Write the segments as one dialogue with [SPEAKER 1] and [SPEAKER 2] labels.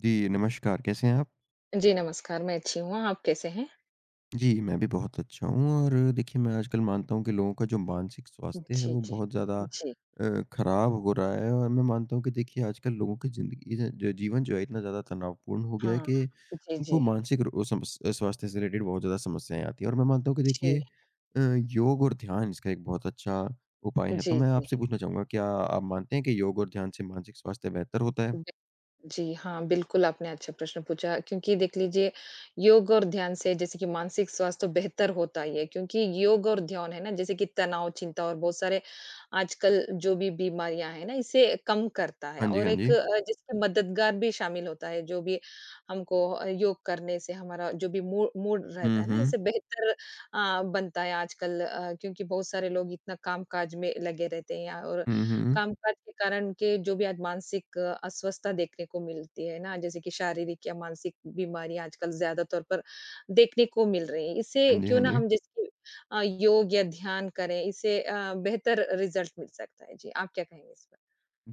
[SPEAKER 1] जी, नमस्कार, कैसे हैं आप?
[SPEAKER 2] जी, नमस्कार, मैं अच्छी हूँ, आप कैसे हैं?
[SPEAKER 1] जी, मैं भी बहुत अच्छा हूँ और देखिए मैं आजकल मानता हूँ कि लोगों का जो मानसिक स्वास्थ्य है
[SPEAKER 2] जी,
[SPEAKER 1] वो
[SPEAKER 2] जी।
[SPEAKER 1] बहुत ज़्यादा
[SPEAKER 2] जी,
[SPEAKER 1] खराब हो रहा है और मैं मानता हूँ कि देखिए आजकल लोगों की ज़िंदगी ज जो जीवन जो है इतना ज़्यादा तनावपूर्ण हो गया है
[SPEAKER 2] हाँ।
[SPEAKER 1] कि
[SPEAKER 2] जी,
[SPEAKER 1] उनको
[SPEAKER 2] जी।
[SPEAKER 1] मानसिक रो समस अ, स्वास्थ्य से रिलेटेड बहुत ज़्यादा समस्याएँ आती हैं और मैं मानता हूँ कि
[SPEAKER 2] जी,
[SPEAKER 1] देखिए योग और ध्यान इसका एक बहुत अच्छा उपाय है। तो
[SPEAKER 2] जी,
[SPEAKER 1] मैं
[SPEAKER 2] जी।
[SPEAKER 1] आपसे पूछना चाहूँगा क्या आप मानते हैं कि योग और ध्यान से मानसिक स्वास्थ्य बेहतर होता है?
[SPEAKER 2] जी हाँ, बिल्कुल आपने अच्छा प्रश्न पूछा क्योंकि देख लीजिए योग और ध्यान से जैसे कि मानसिक स्वास्थ्य तो बेहतर होता ही है क्योंकि योग और ध्यान है ना जैसे कि तनाव, चिंता और बहुत सारे आजकल जो भी बीमारियाँ हैं ना इसे कम करता है
[SPEAKER 1] हाँ जी,
[SPEAKER 2] और
[SPEAKER 1] हाँ
[SPEAKER 2] एक
[SPEAKER 1] जी।
[SPEAKER 2] जिसमें मददगार भी शामिल होता है। जो भी हमको योग करने से हमारा जो भी मूड मूड रहता
[SPEAKER 1] हुँ,
[SPEAKER 2] है ना
[SPEAKER 1] हुँ।
[SPEAKER 2] इसे बेहतर बनता है। आजकल क्योंकि बहुत सारे लोग इतना काम-काज में लगे रहते हैं और
[SPEAKER 1] हुँ, हुँ।
[SPEAKER 2] कामकाज के कारण उनके जो भी आज मानसिक अस्वस्थता देखने को मिलती है ना, जैसे कि शारीरिक या मानसिक बीमारियाँ आजकल ज़्यादा तौर पर देखने को मिल रही हैं। इससे
[SPEAKER 1] हाँ जी,
[SPEAKER 2] क्यों
[SPEAKER 1] हाँ
[SPEAKER 2] ना
[SPEAKER 1] जी।
[SPEAKER 2] हम जैसे कि योग या ध्यान करें, इससे बेहतर रिज़ल्ट मिल सकता है। जी, आप क्या कहेंगे इस पर?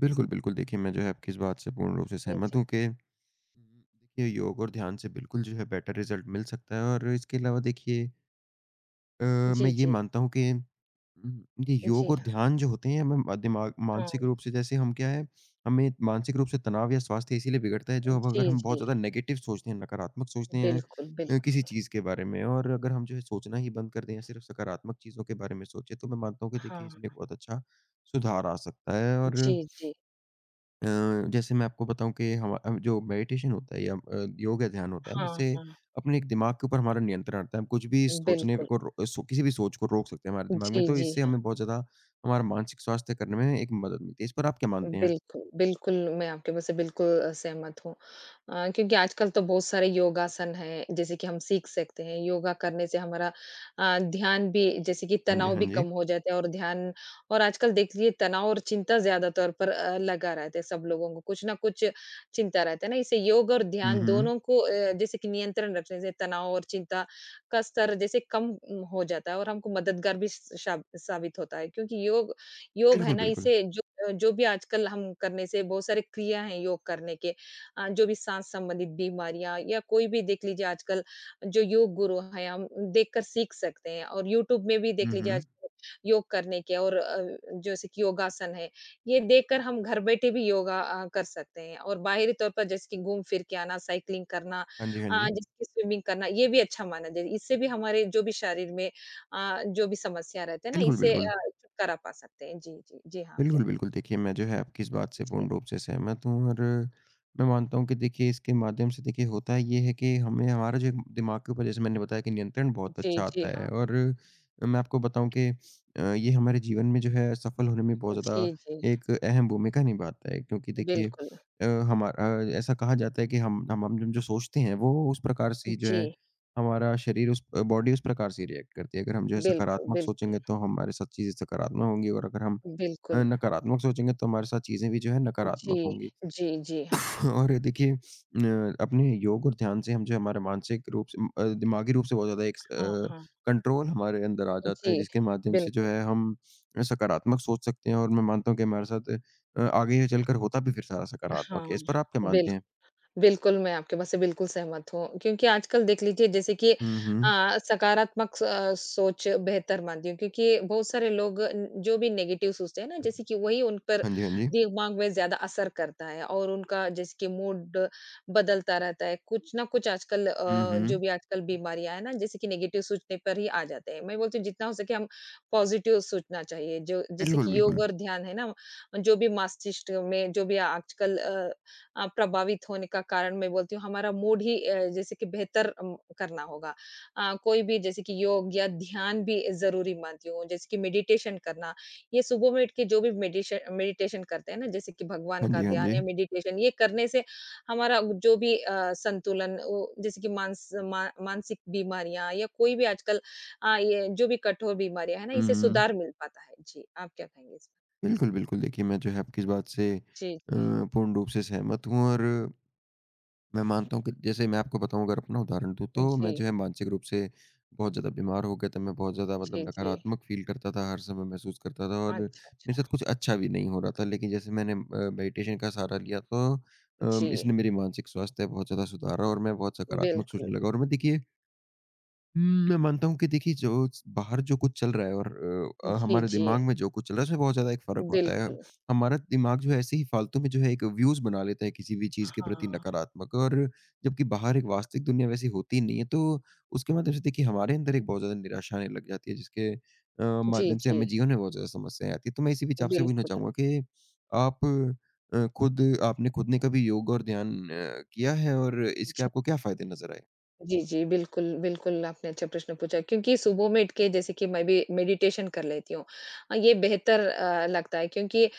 [SPEAKER 1] बिल्कुल, बिल्कुल। देखिए, मैं जो है आपकी इस बात से पूर्ण रूप से
[SPEAKER 2] जी,
[SPEAKER 1] सहमत
[SPEAKER 2] जी।
[SPEAKER 1] हूँ कि देखिए योग और ध्यान से बिल्कुल जो है बेटर रिज़ल्ट मिल सकता है और इसके अलावा देखिए मैं
[SPEAKER 2] जी,
[SPEAKER 1] ये
[SPEAKER 2] जी।
[SPEAKER 1] मानता हूँ कि ये योग
[SPEAKER 2] जी,
[SPEAKER 1] और
[SPEAKER 2] हाँ।
[SPEAKER 1] ध्यान जो होते हैं हमें दिमाग
[SPEAKER 2] हाँ,
[SPEAKER 1] मानसिक रूप से जैसे हम क्या है, हमें मानसिक रूप से तनाव या स्वास्थ्य इसीलिए बिगड़ता है जो अब
[SPEAKER 2] जी,
[SPEAKER 1] अगर हम बहुत
[SPEAKER 2] जी।
[SPEAKER 1] ज़्यादा नेगेटिव सोचते हैं, नकारात्मक सोचते हैं
[SPEAKER 2] बिल्कुल,
[SPEAKER 1] किसी
[SPEAKER 2] बिल्कुल।
[SPEAKER 1] चीज़ के बारे में और अगर हम जो है सोचना ही बंद कर दें या सिर्फ़ सकारात्मक चीज़ों के बारे में सोचें, तो मैं मानता हूँ कि देखिए
[SPEAKER 2] हाँ,
[SPEAKER 1] इसमें एक बहुत अच्छा सुधार आ सकता है और
[SPEAKER 2] जी, जी।
[SPEAKER 1] अ, जैसे मैं आपको बताऊँ कि जो मेडिटेशन होता है या योग या ध्यान होता है, हम
[SPEAKER 2] हाँ,
[SPEAKER 1] इससे
[SPEAKER 2] हाँ।
[SPEAKER 1] अपने एक दिमाग के ऊपर हमारा नियंत्रण आता है। हम कुछ भी सोचने
[SPEAKER 2] बिल्कुल।
[SPEAKER 1] को रो सो किसी भी सोच को रोक सकते हैं हमारे दिमाग में,
[SPEAKER 2] जी,
[SPEAKER 1] तो
[SPEAKER 2] जी।
[SPEAKER 1] इससे हमें बहुत ज़्यादा हमारा मानसिक स्वास्थ्य करने में एक मदद मिलती है। इस पर आप क्या मानते हैं?
[SPEAKER 2] बिल्कुल, बिल्कुल, मैं आपके मुँह से बिल्कुल सहमत हूँ। क्योंकि आजकल तो बहुत सारे योगासन हैं, जैसे कि हम सीख सकते हैं। योगा करने से हमारा ध्यान भी जैसे कि
[SPEAKER 1] हाँ जी,
[SPEAKER 2] तनाव भी
[SPEAKER 1] हाँ जी।
[SPEAKER 2] कम हो जाता है और ध्यान और आजकल देखिए तनाव और चिंता ज़्यादा तौर पर लगा रहता है सब लोगों को, कुछ न कुछ चिंता रहता है ना, इससे योग और
[SPEAKER 1] हुँ,
[SPEAKER 2] ध्यान
[SPEAKER 1] हुँ।
[SPEAKER 2] दोनों को जैसे कि नियंत्रण रखने से तनाव और चिंता का स्तर जैसे कम हो जाता है और हमको मददगार भी स शाब साबित होता है क्योंकि योग योग है
[SPEAKER 1] बिल्कुल,
[SPEAKER 2] ना,
[SPEAKER 1] बिल्कुल।
[SPEAKER 2] इससे जो भी आजकल हम करने से बहुत सारे क्रिया हैं योग करने के जो भी सांस संबंधित बीमारियां या कोई भी देख लीजिए आजकल जो योग गुरु हैं हम देखकर सीख सकते हैं और यूट्यूब में भी
[SPEAKER 1] हुँ,
[SPEAKER 2] देख लीजिए
[SPEAKER 1] हुँ।
[SPEAKER 2] आजकल योग करने के और जैसे कि योगासन है। ये देखकर हम घर बैठे भी योगा कर सकते हैं और बाहरी तौर पर जैसे कि घूम फिर के आना, साइकिलिंग करना,
[SPEAKER 1] हाँ जी, हाँ जी।
[SPEAKER 2] जैसे स्विमिंग करना ये भी अच्छा माना जाए। इससे भी हमारे जो भी शरीर में जो भी समस्या रहते हैं ना
[SPEAKER 1] बिल्कुल,
[SPEAKER 2] इससे
[SPEAKER 1] बिल्कुल।
[SPEAKER 2] छुटकारा पा सकते हैं। जी, जी, जी हाँ। आप क्या
[SPEAKER 1] बिल्कुल,
[SPEAKER 2] कहें?
[SPEAKER 1] बिल्कुल। देखिए, मैं जो है आपकी इस बात से
[SPEAKER 2] जी,
[SPEAKER 1] पूर्ण रूप से सहमत हूँ और मैं मानता हूँ कि देखिए इसके माध्यम से देखिए होता ये है कि हमें हमारा जो एक दिमाग के ऊपर जैसे मैंने बताया कि नियंत्रण बहुत
[SPEAKER 2] जी,
[SPEAKER 1] अच्छा
[SPEAKER 2] जी,
[SPEAKER 1] आता है
[SPEAKER 2] हाँ।
[SPEAKER 1] और मैं आपको बताऊँ कि ये हमारे जीवन में जो है सफल होने में बहुत ज़्यादा
[SPEAKER 2] जी, जी,
[SPEAKER 1] एक अहम भूमिका निभाता है क्योंकि देखिए
[SPEAKER 2] बिल्कुल।
[SPEAKER 1] अ, हमारा ऐसा कहा जाता है कि हम जो सोचते हैं वो उस प्रकार से ही जो है
[SPEAKER 2] जी,
[SPEAKER 1] हमारा शरीर उस बॉडी उस प्रकार से रिएक्ट करती है। अगर हम जो है
[SPEAKER 2] बिल्कुल,
[SPEAKER 1] सकारात्मक
[SPEAKER 2] बिल्कुल,
[SPEAKER 1] सोचेंगे तो हमारे साथ चीज़ें सकारात्मक होंगी और अगर हम
[SPEAKER 2] बिल्कुल।
[SPEAKER 1] नकारात्मक सोचेंगे तो हमारे साथ चीज़ें भी जो है
[SPEAKER 2] जी,
[SPEAKER 1] नकारात्मक होंगी।
[SPEAKER 2] जी, जी,
[SPEAKER 1] और ये देखिए अपने योग और ध्यान से हम जो हमारे मानसिक रूप से दिमागी रूप से बहुत ज़्यादा एक
[SPEAKER 2] हाँ, हाँ।
[SPEAKER 1] कंट्रोल हमारे अंदर आ
[SPEAKER 2] हाँ
[SPEAKER 1] जाता है
[SPEAKER 2] जी,
[SPEAKER 1] जिसके माध्यम से जो
[SPEAKER 2] बिल्कुल,
[SPEAKER 1] है हम सकारात्मक सोच सकते हैं और मैं मानता हूँ कि हमारे साथ आगे चलकर होता भी फिर सारा
[SPEAKER 2] हाँ,
[SPEAKER 1] सकारात्मक है। इस पर आप क्या मानते हैं?
[SPEAKER 2] बिल्कुल। बिल्कुल, मैं आपके बात से बिल्कुल सहमत हूँ, क्योंकि आजकल देख लीजिए जैसे कि
[SPEAKER 1] हुँ, हुँ।
[SPEAKER 2] सकारात्मक स सोच बेहतर मानती हूँ। क्योंकि बहुत सारे लोग न जो भी नेगेटिव सोचते हैं ना, जैसे कि वही उन पर
[SPEAKER 1] हाँ जी, हाँ जी।
[SPEAKER 2] दिमाग में ज़्यादा असर करता है और उनका जैसे कि मूड बदलता रहता है। कुछ ना कुछ आजकल
[SPEAKER 1] हुँ,
[SPEAKER 2] जो
[SPEAKER 1] हुँ।
[SPEAKER 2] भी आजकल बीमारियाँ हैं ना, जैसे कि नेगेटिव सोचने पर ही आ जाते हैं। मैं बोलती हूँ जितना हो सके हम पॉज़िटिव सोचना चाहिए, जो जैसे
[SPEAKER 1] बिल्कुल,
[SPEAKER 2] कि योग
[SPEAKER 1] बिल्कुल।
[SPEAKER 2] और ध्यान है ना, जो भी मस्तिष्क में जो भी आजकल प्रभावित होने का कारण मैं बोलती हूँ हमारा मूड ही जैसे कि बेहतर करना होगा। कोई भी जैसे कि योग या ध्यान भी ज़रूरी मानती हूँ, जैसे कि मेडिटेशन करना। ये सुबह में उठ के जो भी मेडिश मेडिटेशन करते हैं ना, जैसे कि भगवान
[SPEAKER 1] हाँ
[SPEAKER 2] का
[SPEAKER 1] जी, हाँ
[SPEAKER 2] ध्यान
[SPEAKER 1] जी।
[SPEAKER 2] या मेडिटेशन, ये करने से हमारा जो भी संतुलन, वो जैसे कि मानसिक बीमारियाँ या कोई भी आजकल ये जो भी कठोर बीमारियाँ हैं ना,
[SPEAKER 1] हुँ,
[SPEAKER 2] इससे
[SPEAKER 1] हुँ।
[SPEAKER 2] सुधार मिल पाता है। जी, आप क्या कहेंगे इस पर?
[SPEAKER 1] बिल्कुल, बिल्कुल। देखिए मैं जो है आपकी इस बात से
[SPEAKER 2] जी, जी।
[SPEAKER 1] पूर्ण रूप से सहमत हूँ और मैं मानता हूँ कि जैसे मैं आपको बताऊँ अगर अपना उदाहरण दूँ तो मैं
[SPEAKER 2] जी,
[SPEAKER 1] जो है मानसिक रूप से बहुत ज़्यादा बीमार हो गया था। मैं बहुत ज़्यादा
[SPEAKER 2] जी,
[SPEAKER 1] मतलब
[SPEAKER 2] जी।
[SPEAKER 1] नकारात्मक फ़ील करता था, हर समय महसूस करता था और
[SPEAKER 2] अच्छा,
[SPEAKER 1] मेरे
[SPEAKER 2] अच्छा।
[SPEAKER 1] साथ कुछ अच्छा भी नहीं हो रहा था। लेकिन जैसे मैंने मेडिटेशन का सहारा लिया तो
[SPEAKER 2] जी।
[SPEAKER 1] इसने मेरी मानसिक स्वास्थ्य बहुत ज़्यादा सुधारा और मैं बहुत सकारात्मक
[SPEAKER 2] बिल्कुल।
[SPEAKER 1] सोचने लगा और मैं देखिए हुँ, मैं मानता हूँ कि देखिए जो बाहर जो कुछ चल रहा है और
[SPEAKER 2] जी,
[SPEAKER 1] हमारे
[SPEAKER 2] जी।
[SPEAKER 1] दिमाग में जो कुछ चल रहा है उसमें बहुत ज़्यादा एक फ़र्क होता है।
[SPEAKER 2] बिल्कुल।
[SPEAKER 1] हमारा दिमाग जो है ऐसे ही फालतू में जो है एक व्यूज़ बना लेता है किसी भी चीज़ के प्रति
[SPEAKER 2] हाँ।
[SPEAKER 1] नकारात्मक और जबकि बाहर एक वास्तविक दुनिया वैसी होती नहीं है। तो उसके माध्यम से देखिए हमारे अंदर एक बहुत ज़्यादा निराशा आने लग जाती है जिसके
[SPEAKER 2] जी,
[SPEAKER 1] माध्यम से
[SPEAKER 2] जी।
[SPEAKER 1] हमें जीवन में बहुत ज़्यादा समस्याएँ आती हैं। तो मैं इसी बीच आपसे पूछना
[SPEAKER 2] बिल्कुल।
[SPEAKER 1] चाहूँगा कि आप खुद ने कभी योग और ध्यान किया है और इसके
[SPEAKER 2] जी।
[SPEAKER 1] आपको क्या फ़ायदे नज़र आए?
[SPEAKER 2] जी, जी। बिल्कुल, बिल्कुल आपने अच्छा प्रश्न पूछा क्योंकि सुबह में उठ के जैसे कि मैं भी मेडिटेशन कर लेती हूँ। ये बेहतर लगता है क्योंकि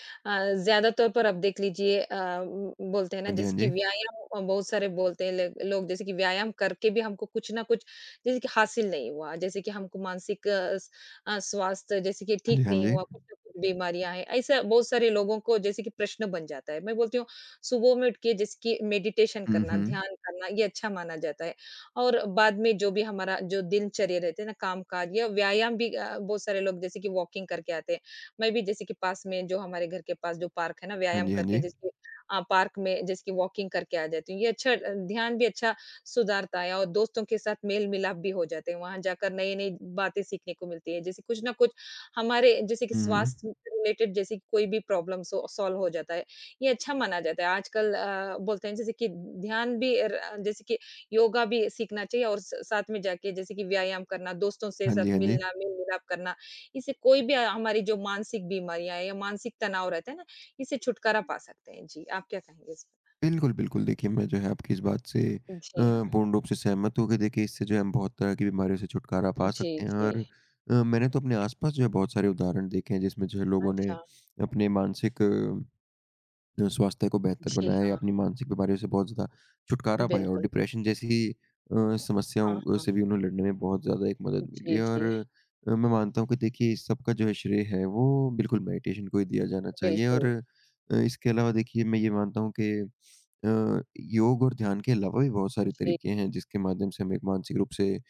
[SPEAKER 2] ज़्यादा तौर पर आप देख लीजिए। बोलते हैं ना
[SPEAKER 1] हाँ जी, हाँ
[SPEAKER 2] जैसे कि
[SPEAKER 1] जी।
[SPEAKER 2] व्यायाम, बहुत सारे बोलते हैं ले लोग जैसे कि व्यायाम करके भी हमको कुछ ना कुछ जैसे कि हासिल नहीं हुआ, जैसे कि हमको मानसिक स्वास्थ्य जैसे कि
[SPEAKER 1] हाँ जी,
[SPEAKER 2] ठीक
[SPEAKER 1] हाँ
[SPEAKER 2] नहीं
[SPEAKER 1] जी।
[SPEAKER 2] हुआ, कुछ ना कुछ बीमारियाँ हैं। ऐसा बहुत सारे लोगों को जैसे कि प्रश्न बन जाता है। मैं बोलती हूँ सुबह में उठ के जैसे कि मेडिटेशन
[SPEAKER 1] हुँ,
[SPEAKER 2] करना,
[SPEAKER 1] हुँ।
[SPEAKER 2] ध्यान करना ये अच्छा माना जाता है। और बाद में जो भी हमारा जो दिनचर्या रहते हैं ना, काम-काज या व्यायाम भी बहुत सारे लोग जैसे कि वॉकिंग करके आते हैं। मैं भी जैसे कि पास में जो हमारे घर के पास जो पार्क है ना
[SPEAKER 1] हाँ
[SPEAKER 2] व्यायाम
[SPEAKER 1] जी, हाँ
[SPEAKER 2] करके
[SPEAKER 1] जी।
[SPEAKER 2] जैसे पार्क में जैसे कि वॉकिंग करके आ जाती हूँ। ये अच्छा ध्यान भी अच्छा सुधारता है और दोस्तों के साथ मेल-मिलाप भी हो जाते हैं। वहाँ जाकर नई-नई बातें सीखने को मिलती है। जैसे कुछ ना कुछ हमारे जैसे कि
[SPEAKER 1] हुँ।
[SPEAKER 2] स्वास्थ्य रिलेटेड जैसे कि कोई भी प्रॉब्लम सॉल्व हो जाता है। ये अच्छा माना जाता है। आजकल बोलते हैं जैसे कि ध्यान भी र जैसे कि योगा भी सीखना चाहिए और स साथ में जाके जैसे कि व्यायाम करना, दोस्तों से
[SPEAKER 1] हाँ
[SPEAKER 2] साथ
[SPEAKER 1] जी, हाँ जी।
[SPEAKER 2] मिलना, मेल-मिलाप करना, इससे कोई भी हमारी जो मानसिक बीमारियाँ हैं या मानसिक तनाव रहता है ना, इससे छुटकारा पा सकते हैं। जी, आप क्या कहेंगे इस पर?
[SPEAKER 1] बिल्कुल, बिल्कुल देखिए मैं जो है आपकी इस बात से
[SPEAKER 2] जी हाँ।
[SPEAKER 1] पूर्ण रूप से सहमत हूँ कि देखिए इससे जो है हम बहुत तरह की बीमारियों से छुटकारा पा
[SPEAKER 2] जी,
[SPEAKER 1] सकते हैं
[SPEAKER 2] जी।
[SPEAKER 1] और मैंने तो अपने आस-पास जो है बहुत सारे उदाहरण देखे हैं जिसमें जो है लोगों ने
[SPEAKER 2] अच्छा।
[SPEAKER 1] अपने मानसिक स्वास्थ्य को बेहतर
[SPEAKER 2] जी
[SPEAKER 1] बनाया या
[SPEAKER 2] हाँ,
[SPEAKER 1] अपनी मानसिक बीमारियों से बहुत ज़्यादा छुटकारा पाया और
[SPEAKER 2] बिल्कुल।
[SPEAKER 1] डिप्रेशन जैसी
[SPEAKER 2] हाँ,
[SPEAKER 1] समस्याओं
[SPEAKER 2] हाँ।
[SPEAKER 1] से भी उन्हें लड़ने में बहुत ज़्यादा एक मदद मिली
[SPEAKER 2] जी,
[SPEAKER 1] है और
[SPEAKER 2] जी।
[SPEAKER 1] मैं मानता हूँ कि देखिए इस सब का जो है श्रेय है वो बिल्कुल मेडिटेशन को ही दिया जाना चाहिए और
[SPEAKER 2] बिल्कुल।
[SPEAKER 1] इसके अलावा देखिए मैं ये मानता हूँ कि अ, योग और ध्यान के अलावा भी बहुत सारे
[SPEAKER 2] जी,
[SPEAKER 1] तरीके हैं जिसके माध्यम से हमें एक मानसिक रूप से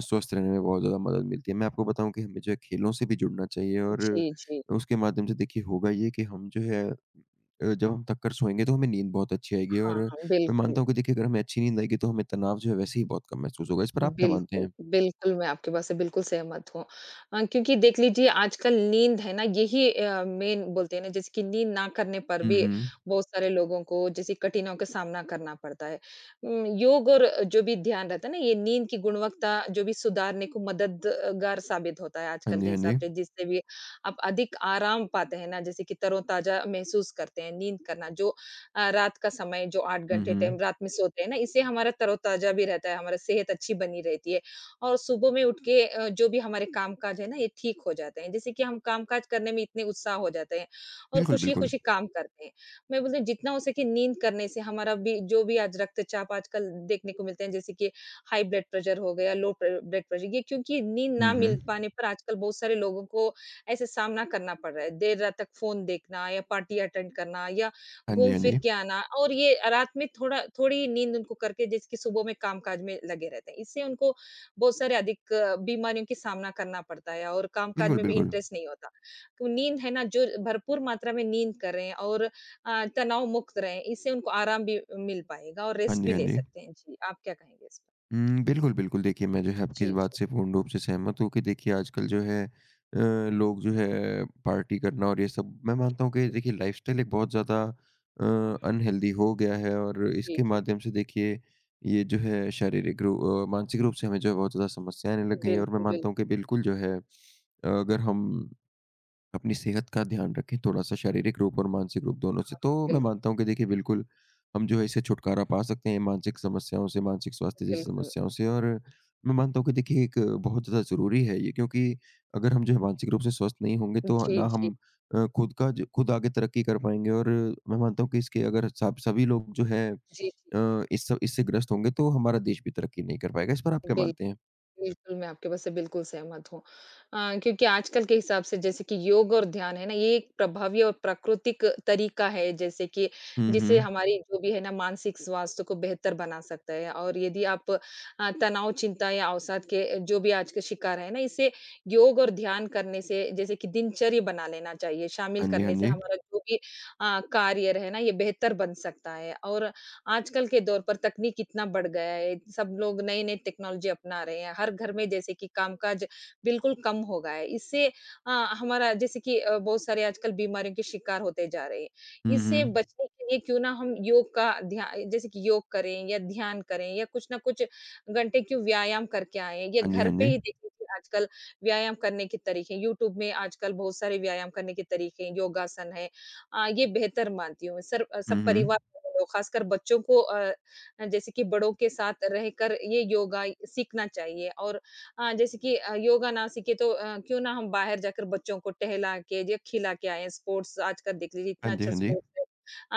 [SPEAKER 1] स्वस्थ रहने में बहुत ज़्यादा मदद मिलती है। मैं आपको बताऊँ कि हमें जो है खेलों से भी जुड़ना चाहिए और
[SPEAKER 2] जी, जी।
[SPEAKER 1] उसके माध्यम से देखिए होगा ये कि हम जो है जब हम थक कर सोएँगे तो हमें नींद बहुत अच्छी आएगी
[SPEAKER 2] हाँ,
[SPEAKER 1] और
[SPEAKER 2] हाँ,
[SPEAKER 1] मैं
[SPEAKER 2] बिल्कुल।
[SPEAKER 1] मानता हूँ कि देखिए अगर हमें अच्छी नींद आएगी तो हमें तनाव जो है वैसे ही बहुत कम महसूस होगा। इस पर आप क्या मानते
[SPEAKER 2] बिल्कुल,
[SPEAKER 1] हैं?
[SPEAKER 2] बिल्कुल, मैं आपकी बात से बिल्कुल सहमत हूँ। क्योंकि देख लीजिए आजकल नींद है ना, यही मेन बोलते हैं ना जैसे कि नींद ना करने पर
[SPEAKER 1] हुँ,
[SPEAKER 2] भी
[SPEAKER 1] हुँ।
[SPEAKER 2] बहुत सारे लोगों को जैसे कठिनाइयों का सामना करना पड़ता है। योग और जो भी ध्यान रहता है ना, ये नींद की गुणवत्ता जो भी सुधारने को मददगार साबित होता है
[SPEAKER 1] हाँ
[SPEAKER 2] आजकल
[SPEAKER 1] जी,
[SPEAKER 2] के
[SPEAKER 1] हाँ जी।
[SPEAKER 2] हिसाब से, जिससे भी आप अधिक आराम पाते हैं ना जैसे कि तरोताज़ा महसूस करते हैं। नींद करना जो रात का समय जो 8
[SPEAKER 1] हुँ,
[SPEAKER 2] घंटे टाइम
[SPEAKER 1] हुँ।
[SPEAKER 2] रात में सोते हैं ना, इससे हमारा तरोताज़ा भी रहता है, हमारा सेहत अच्छी बनी रहती है और सुबह में उठ के जो भी हमारे काम-काज है ना, ये ठीक हो जाते हैं। जैसे कि हम काम-काज करने में इतने उत्साह हो जाते हैं और
[SPEAKER 1] बिल्कुल, बिल्कुल।
[SPEAKER 2] खुशी-खुशी काम करते हैं। मैं बोलती हूँ जितना हो सके नींद करने से हमारा भी जो भी आज रक्तचाप आजकल देखने को मिलते हैं, जैसे कि हाई ब्लड प्रेशर हो गया, लो प्र ब्लड प्रेशर, ये क्योंकि नींद
[SPEAKER 1] हुँ,
[SPEAKER 2] ना
[SPEAKER 1] हुँ।
[SPEAKER 2] मिल पाने पर आजकल बहुत सारे लोगों को ऐसे सामना करना पड़ रहा है। देर रात तक फ़ोन देखना या पार्टी अटेंड करना या
[SPEAKER 1] हाँ जी,
[SPEAKER 2] घूम
[SPEAKER 1] हाँ
[SPEAKER 2] फिर
[SPEAKER 1] जी।
[SPEAKER 2] के आना और ये रात में थोड़ा थोड़ी नींद उनको करके जिसकी सुबह में कामकाज में लगे रहते हैं। इससे उनको बहुत सारे अधिक बीमारियों की सामना करना पड़ता है और कामकाज
[SPEAKER 1] बिल्कुल,
[SPEAKER 2] में भी
[SPEAKER 1] बिल्कुल।
[SPEAKER 2] इंटरेस्ट नहीं होता। तो नींद है ना, जो भरपूर मात्रा में नींद करें और तनाव मुक्त रहें, इससे उनको आराम भी मिल पाएगा और
[SPEAKER 1] हाँ
[SPEAKER 2] रेस्ट
[SPEAKER 1] जी,
[SPEAKER 2] भी
[SPEAKER 1] हाँ
[SPEAKER 2] ले
[SPEAKER 1] जी।
[SPEAKER 2] सकते हैं। जी, आप क्या कहेंगे इस पर?
[SPEAKER 1] हुँ, बिल्कुल, बिल्कुल। देखिए, मैं जो है आपकी इस
[SPEAKER 2] जी,
[SPEAKER 1] बात
[SPEAKER 2] जी।
[SPEAKER 1] से पूर्ण रूप से सहमत हूँ कि देखिए आजकल
[SPEAKER 2] जी,
[SPEAKER 1] जो है अ, लोग जो है पार्टी करना और ये सब मैं मानता हूँ कि
[SPEAKER 2] जी।
[SPEAKER 1] देखिए लाइफ़स्टाइल एक बहुत ज़्यादा
[SPEAKER 2] हाँ।
[SPEAKER 1] अनहेल्दी हो गया है और
[SPEAKER 2] जी,
[SPEAKER 1] इसके
[SPEAKER 2] जी।
[SPEAKER 1] माध्यम से देखिए ये जो है मानसिक रूप से हमें जो है बहुत ज़्यादा समस्याएँ आने लग गई हैं और मैं
[SPEAKER 2] बिल्कुल,
[SPEAKER 1] मानता हूँ
[SPEAKER 2] बिल्कुल,
[SPEAKER 1] कि बिल्कुल जो है अगर हम अपनी सेहत का ध्यान रखें थोड़ा-सा शारीरिक रूप और मानसिक रूप दोनों से। तो मैं
[SPEAKER 2] बिल्कुल,
[SPEAKER 1] मानता हूँ कि देखिए बिल्कुल, हम जो है इससे छुटकारा पा सकते हैं मानसिक समस्याओं से, मानसिक स्वास्थ्य जैसी
[SPEAKER 2] बिल्कुल।
[SPEAKER 1] समस्याओं से और मैं मानता हूँ कि देखिए एक बहुत ज़्यादा ज़रूरी है ये क्योंकि अगर हम जो है मानसिक रूप से स्वस्थ नहीं होंगे तो
[SPEAKER 2] जी,
[SPEAKER 1] ना
[SPEAKER 2] जी।
[SPEAKER 1] हम खुद का जो खुद आगे तरक्की कर पाएँगे और मैं मानता हूँ कि इसके अगर सब सभी लोग जो है
[SPEAKER 2] जी, जी।
[SPEAKER 1] इस सब इससे ग्रस्त होंगे तो हमारा देश भी तरक्की नहीं कर पाएगा। इस पर आप क्या
[SPEAKER 2] बिल्कुल।
[SPEAKER 1] मानते हैं?
[SPEAKER 2] बिल्कुल, मैं आपके बात से बिल्कुल सहमत हूँ। क्योंकि आजकल के हिसाब से जैसे कि योग और ध्यान है ना, ये एक प्रभावी और प्राकृतिक तरीका है जैसे कि
[SPEAKER 1] हुँ,
[SPEAKER 2] जिससे
[SPEAKER 1] हुँ।
[SPEAKER 2] हमारी जो भी है ना मानसिक स्वास्थ्य को बेहतर बना सकता है। और यदि आप तनाव, चिंता या अवसाद के जो भी आज के शिकार हैं ना, इसे योग और ध्यान करने से जैसे कि दिनचर्या बना लेना चाहिए। शामिल
[SPEAKER 1] हाँ जी, हाँ
[SPEAKER 2] करने से
[SPEAKER 1] जी।
[SPEAKER 2] हमारा जो भी कार्य है ना, ये बेहतर बन सकता है और आजकल के दौर पर तकनीक कितना बढ़ गया है, सब लोग नई-नई टेक्नोलॉजी अपना रहे हैं, हर घर में जैसे कि कामकाज बिल्कुल कम हो गया है। इससे अ, हमारा जैसे कि बहुत सारे आजकल बीमारियों के शिकार होते जा रहे हैं।
[SPEAKER 1] हुँ,
[SPEAKER 2] इससे
[SPEAKER 1] हुँ।
[SPEAKER 2] बचने के लिए क्यों ना हम योग का ध्या जैसे कि योग करें या ध्यान करें या कुछ ना कुछ घंटे क्यों व्यायाम करके आएँ, या
[SPEAKER 1] हाँ जी,
[SPEAKER 2] घर
[SPEAKER 1] हाँ
[SPEAKER 2] पे
[SPEAKER 1] जी।
[SPEAKER 2] ही देखिए कि आजकल व्यायाम करने के तरीके हैं, यूट्यूब में आजकल बहुत सारे व्यायाम करने के तरीके हैं, योगासन है, ये बेहतर मानती हूँ। सर सब
[SPEAKER 1] हुँ,
[SPEAKER 2] परिवार
[SPEAKER 1] हुँ।
[SPEAKER 2] लोग खासकर बच्चों को जैसे कि बड़ों के साथ रहकर ये योगा सीखना चाहिए और जैसे कि योगा ना सीखे तो क्यों ना हम बाहर जाकर बच्चों को टहला के या खिला के आएँ। स्पोर्ट्स आजकल देख लीजिए
[SPEAKER 1] हाँ
[SPEAKER 2] इतना
[SPEAKER 1] जी,
[SPEAKER 2] अच्छा
[SPEAKER 1] हाँ जी।
[SPEAKER 2] स्पोर्ट्स है।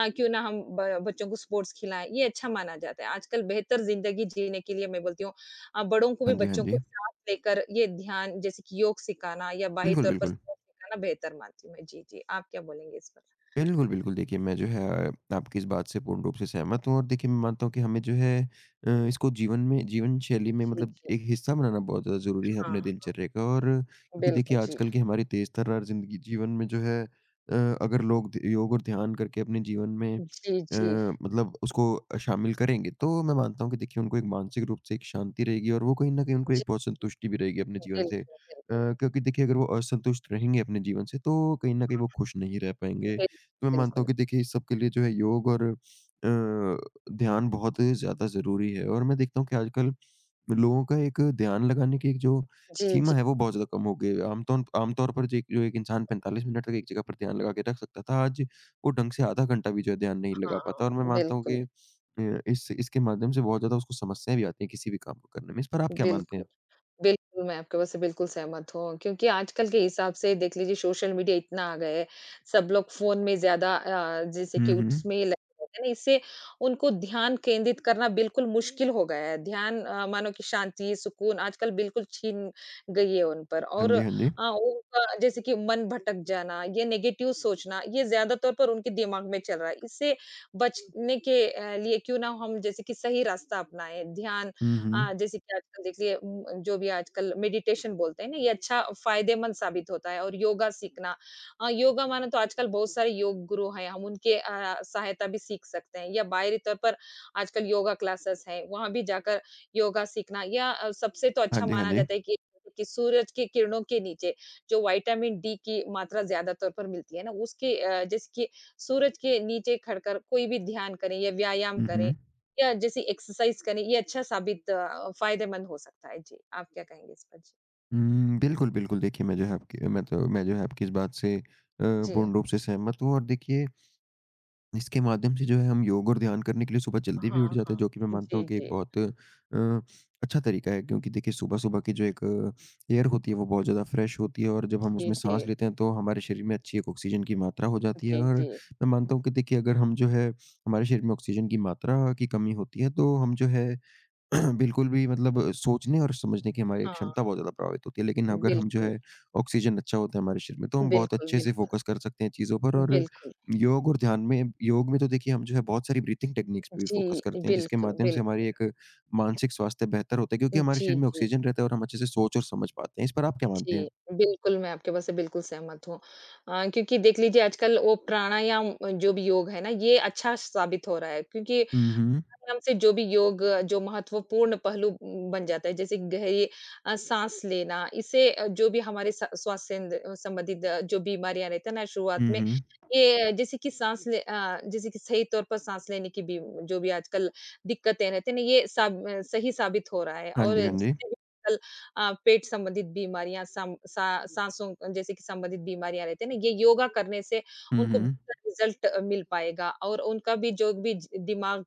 [SPEAKER 2] क्यों ना हम ब बच्चों को स्पोर्ट्स खिलाएँ, ये अच्छा माना जाता है। आजकल बेहतर ज़िंदगी जीने के लिए मैं बोलती हूँ बड़ों को भी
[SPEAKER 1] हाँ जी, हाँ
[SPEAKER 2] बच्चों को
[SPEAKER 1] जी।
[SPEAKER 2] साथ लेकर ये ध्यान जैसे कि योग सिखाना या बाहरी
[SPEAKER 1] बिल्कुल,
[SPEAKER 2] तौर पर
[SPEAKER 1] बिल्कुल।
[SPEAKER 2] स्पोर्ट्स सिखाना बेहतर मानती हूँ मैं। जी, जी। आप क्या बोलेंगे इस पर?
[SPEAKER 1] बिल्कुल, बिल्कुल देखिए मैं जो है आपकी इस बात से पूर्ण रूप से सहमत हूँ और देखिए मैं मानता हूँ कि हमें जो है इसको जीवन में जीवन शैली में
[SPEAKER 2] जी,
[SPEAKER 1] मतलब
[SPEAKER 2] जी।
[SPEAKER 1] एक हिस्सा बनाना बहुत ज़्यादा ज़रूरी है
[SPEAKER 2] हाँ,
[SPEAKER 1] अपने
[SPEAKER 2] हाँ।
[SPEAKER 1] दिनचर्या का और क्योंकि देखिए
[SPEAKER 2] बिल्कुल, जी।
[SPEAKER 1] आजकल की हमारी तेज़ तर्रार ज़िंदगी जीवन में जो है अगर लोग ध योग और ध्यान करके अपने जीवन में
[SPEAKER 2] जी,
[SPEAKER 1] अ,
[SPEAKER 2] जी।
[SPEAKER 1] मतलब उसको शामिल करेंगे, तो मैं मानता हूँ कि देखिए उनको एक मानसिक रूप से एक शांति रहेगी और वो कहीं न कहीं उनको एक
[SPEAKER 2] जी,
[SPEAKER 1] बहुत संतुष्टि भी रहेगी अपने जीवन से।
[SPEAKER 2] बिल्कुल, बिल्कुल।
[SPEAKER 1] क्योंकि देखिए अगर वो असंतुष्ट रहेंगे अपने जीवन से तो कहीं न कहीं वो खुश नहीं रह पाएँगे।
[SPEAKER 2] बिल
[SPEAKER 1] तो मैं मानता हूँ
[SPEAKER 2] बिल्कुल।
[SPEAKER 1] कि देखिए इस सब के लिए जो है योग और अ, ध्यान बहुत ज़्यादा ज़रूरी है और मैं देखता हूँ कि आजकल लोगों का एक ध्यान लगाने की एक जो
[SPEAKER 2] जी,
[SPEAKER 1] सीमा
[SPEAKER 2] जी।
[SPEAKER 1] है, वो बहुत ज़्यादा कम हो गई है। आमतौन आमतौर पर जे जो एक इंसान 45 मिनट तक एक जगह पर ध्यान लगा के रख सकता था, आज वो ढंग से आधा घंटा भी जो है ध्यान नहीं
[SPEAKER 2] हाँ,
[SPEAKER 1] लगा
[SPEAKER 2] हाँ,
[SPEAKER 1] पाता और मैं मानता हूँ
[SPEAKER 2] बिल्कुल,
[SPEAKER 1] कि इस इसके माध्यम से बहुत ज़्यादा उसको समस्याएँ भी आती हैं किसी भी काम को करने में। इस पर आप क्या मानते
[SPEAKER 2] बिल्कुल।
[SPEAKER 1] हैं?
[SPEAKER 2] बिल्कुल, मैं आपकी बात से बिल्कुल सहमत हूँ। क्योंकि आजकल के हिसाब से देख लीजिए सोशल मीडिया इतना आ गया है, सब लोग फ़ोन में ज़्यादा जैसे कि
[SPEAKER 1] हुँ, हुँ।
[SPEAKER 2] उसमें लगे रहते हैं ना, इससे उनको ध्यान केंद्रित करना बिल्कुल मुश्किल हो गया है। ध्यान मानो कि शांति, सुकून आजकल बिल्कुल छीन गई है उन पर।
[SPEAKER 1] हाँ
[SPEAKER 2] और
[SPEAKER 1] जी, हाँ जी।
[SPEAKER 2] उनका जैसे कि मन भटक जाना, ये नेगेटिव सोचना, ये ज़्यादा तौर पर उनके दिमाग में चल रहा है। इससे बचने के लिए क्यों ना हम जैसे कि सही रास्ता अपनाएँ, ध्यान
[SPEAKER 1] हुँ, हुँ।
[SPEAKER 2] जैसे कि आजकल देखिए, जो भी आजकल मेडिटेशन बोलते हैं ना, ये अच्छा फ़ायदेमंद साबित होता है और योगा सीखना, योगा माने तो आजकल बहुत सारे योग गुरु हैं, हम उनके सहायता भी सीख सकते हैं, या बाहरी तौर पर आजकल योगा क्लासेस हैं, वहाँ भी जाकर योगा सीखना। या सबसे तो
[SPEAKER 1] हाँ
[SPEAKER 2] अच्छा
[SPEAKER 1] जी, हाँ
[SPEAKER 2] माना
[SPEAKER 1] जी।
[SPEAKER 2] जाता है कि सूरज की किरणों के नीचे जो विटामिन डी की मात्रा ज़्यादा तौर पर मिलती है ना, उसके जैसे कि सूरज के नीचे खड़कर कोई भी ध्यान करें या व्यायाम
[SPEAKER 1] हुँ,
[SPEAKER 2] करें
[SPEAKER 1] हुँ।
[SPEAKER 2] या जैसे एक्सरसाइज़ करें, ये अच्छा साबित फ़ायदेमंद हो सकता है। जी, आप क्या कहेंगे इस पर? जी।
[SPEAKER 1] हुँ, बिल्कुल, बिल्कुल। देखिए, मैं जो है आपकी इस बात से
[SPEAKER 2] जी।
[SPEAKER 1] पूर्ण रूप से सहमत हूँ और देखिए इसके माध्यम से जो है हम योग और ध्यान करने के लिए सुबह जल्दी भी
[SPEAKER 2] हाँ,
[SPEAKER 1] उठ जाते हैं,
[SPEAKER 2] हाँ।
[SPEAKER 1] जो कि मैं मानता
[SPEAKER 2] जी,
[SPEAKER 1] हूँ कि एक
[SPEAKER 2] जी।
[SPEAKER 1] बहुत अ, अच्छा तरीका है क्योंकि देखिए सुबह-सुबह की जो एक एयर होती है वो बहुत ज़्यादा फ्रेश होती है और जब हम
[SPEAKER 2] जी,
[SPEAKER 1] उसमें
[SPEAKER 2] जी।
[SPEAKER 1] साँस लेते हैं तो हमारे शरीर में अच्छी एक ऑक्सीजन की मात्रा हो जाती है
[SPEAKER 2] जी,
[SPEAKER 1] और
[SPEAKER 2] जी।
[SPEAKER 1] मैं मानता हूँ कि देखिए अगर हम जो है हमारे शरीर में ऑक्सीजन की मात्रा की कमी होती है तो हम जो है बिल्कुल भी मतलब सोचने और समझने की हमारी
[SPEAKER 2] हाँ,
[SPEAKER 1] क्षमता बहुत ज़्यादा प्रभावित होती है। लेकिन अगर हम जो
[SPEAKER 2] बिल्कुल,
[SPEAKER 1] है ऑक्सीजन अच्छा होता है हमारे शरीर में, तो हम बहुत
[SPEAKER 2] बिल्कुल,
[SPEAKER 1] अच्छे से
[SPEAKER 2] बिल्कुल,
[SPEAKER 1] फ़ोकस कर सकते हैं चीज़ों पर और
[SPEAKER 2] बिल्कुल।
[SPEAKER 1] योग और ध्यान में योग में तो देखिए हम जो है बहुत सारी ब्रीथिंग टेक्निक्स पे भी
[SPEAKER 2] जी,
[SPEAKER 1] फ़ोकस करते हैं, जिसके
[SPEAKER 2] बिल्कुल,
[SPEAKER 1] माध्यम से
[SPEAKER 2] बिल्कुल।
[SPEAKER 1] हमारी एक मानसिक स्वास्थ्य बेहतर होता है क्योंकि हमारे
[SPEAKER 2] जी,
[SPEAKER 1] शरीर में
[SPEAKER 2] जी,
[SPEAKER 1] ऑक्सीजन रहता है और हम अच्छे से सोच और समझ पाते हैं। इस पर आप क्या मानते
[SPEAKER 2] जी।
[SPEAKER 1] हैं?
[SPEAKER 2] बिल्कुल, मैं आपके बात से बिल्कुल सहमत हूँ। क्योंकि देख लीजिए आजकल वो प्राणायाम, जो भी योग है ना, ये अच्छा साबित हो रहा है क्योंकि
[SPEAKER 1] हुँ, हुँ।
[SPEAKER 2] आराम से जो भी योग जो महत्वपूर्ण पहलू बन जाता है, जैसे गहरी साँस लेना, इससे जो भी हमारे स स्वास्थ्य सेंद संबंधित, जो बीमारियाँ रहती है ना शुरुआत
[SPEAKER 1] हुँ,
[SPEAKER 2] में,
[SPEAKER 1] हुँ।
[SPEAKER 2] ये जैसे कि जैसे कि सही तौर पर साँस लेने की भी जो भी आजकल दिक्कतें रहती है ना, ये सही साबित हो रहा है
[SPEAKER 1] हाँ
[SPEAKER 2] और
[SPEAKER 1] जी, हाँ जी।
[SPEAKER 2] जिससे भी आजकल पेट संबंधित बीमारियाँ, सम सा साँसों जैसे कि संबंधित बीमारियाँ रहती है ना, ये योगा करने से
[SPEAKER 1] हुँ,
[SPEAKER 2] उनको
[SPEAKER 1] हुँ।
[SPEAKER 2] बेहतर रिज़ल्ट मिल पाएगा और उनका भी जो भी ज दिमाग,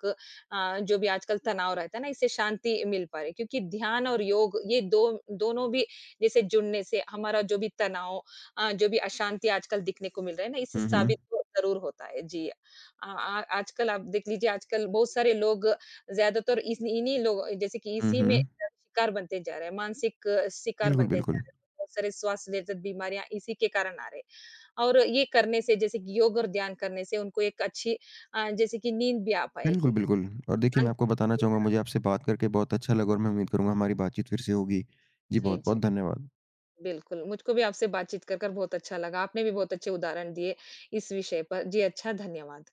[SPEAKER 2] जो भी आजकल तनाव रहता है ना, इससे शांति मिल पा रही है क्योंकि ध्यान और योग ये दो दोनों भी जैसे जुड़ने से हमारा जो भी तनाव, जो भी अशांति आजकल दिखने को मिल रहा है ना, इससे
[SPEAKER 1] हुँ, हुँ।
[SPEAKER 2] साबित तो ज़रूर होता है। जी। अ, आ आजकल आप देख लीजिए आजकल बहुत सारे लोग ज़्यादातर इस इन्हीं लोग जैसे कि
[SPEAKER 1] हुँ,
[SPEAKER 2] इसी में
[SPEAKER 1] हुँ।
[SPEAKER 2] शिकार बनते जा रहे हैं, मानसिक शिकार
[SPEAKER 1] बिल्कुल,
[SPEAKER 2] बनते जा
[SPEAKER 1] बिल्कुल।
[SPEAKER 2] रहे हैं। बहुत सारे स्वास्थ्य रिलेटेड बीमारियाँ इसी के कारण आ रहे हैं और ये करने से जैसे कि योग और ध्यान करने से उनको एक अच्छी जैसे कि नींद भी आ
[SPEAKER 1] बिल्कुल,
[SPEAKER 2] पाएगी।
[SPEAKER 1] बिल्कुल। और देखिए मैं
[SPEAKER 2] अंत।
[SPEAKER 1] आपको बताना चाहूँगा मुझे आपसे बात करके बहुत अच्छा लगा और मैं उम्मीद करूँगा हमारी बातचीत फिर से होगी। जी
[SPEAKER 2] जी,
[SPEAKER 1] बहुत-बहुत
[SPEAKER 2] जी,
[SPEAKER 1] धन्यवाद।
[SPEAKER 2] बिल्कुल। मुझको भी आपसे बातचीत कर बहुत अच्छा लगा। आपने भी बहुत अच्छे उदाहरण दिए इस विषय पर। जी, अच्छा, धन्यवाद।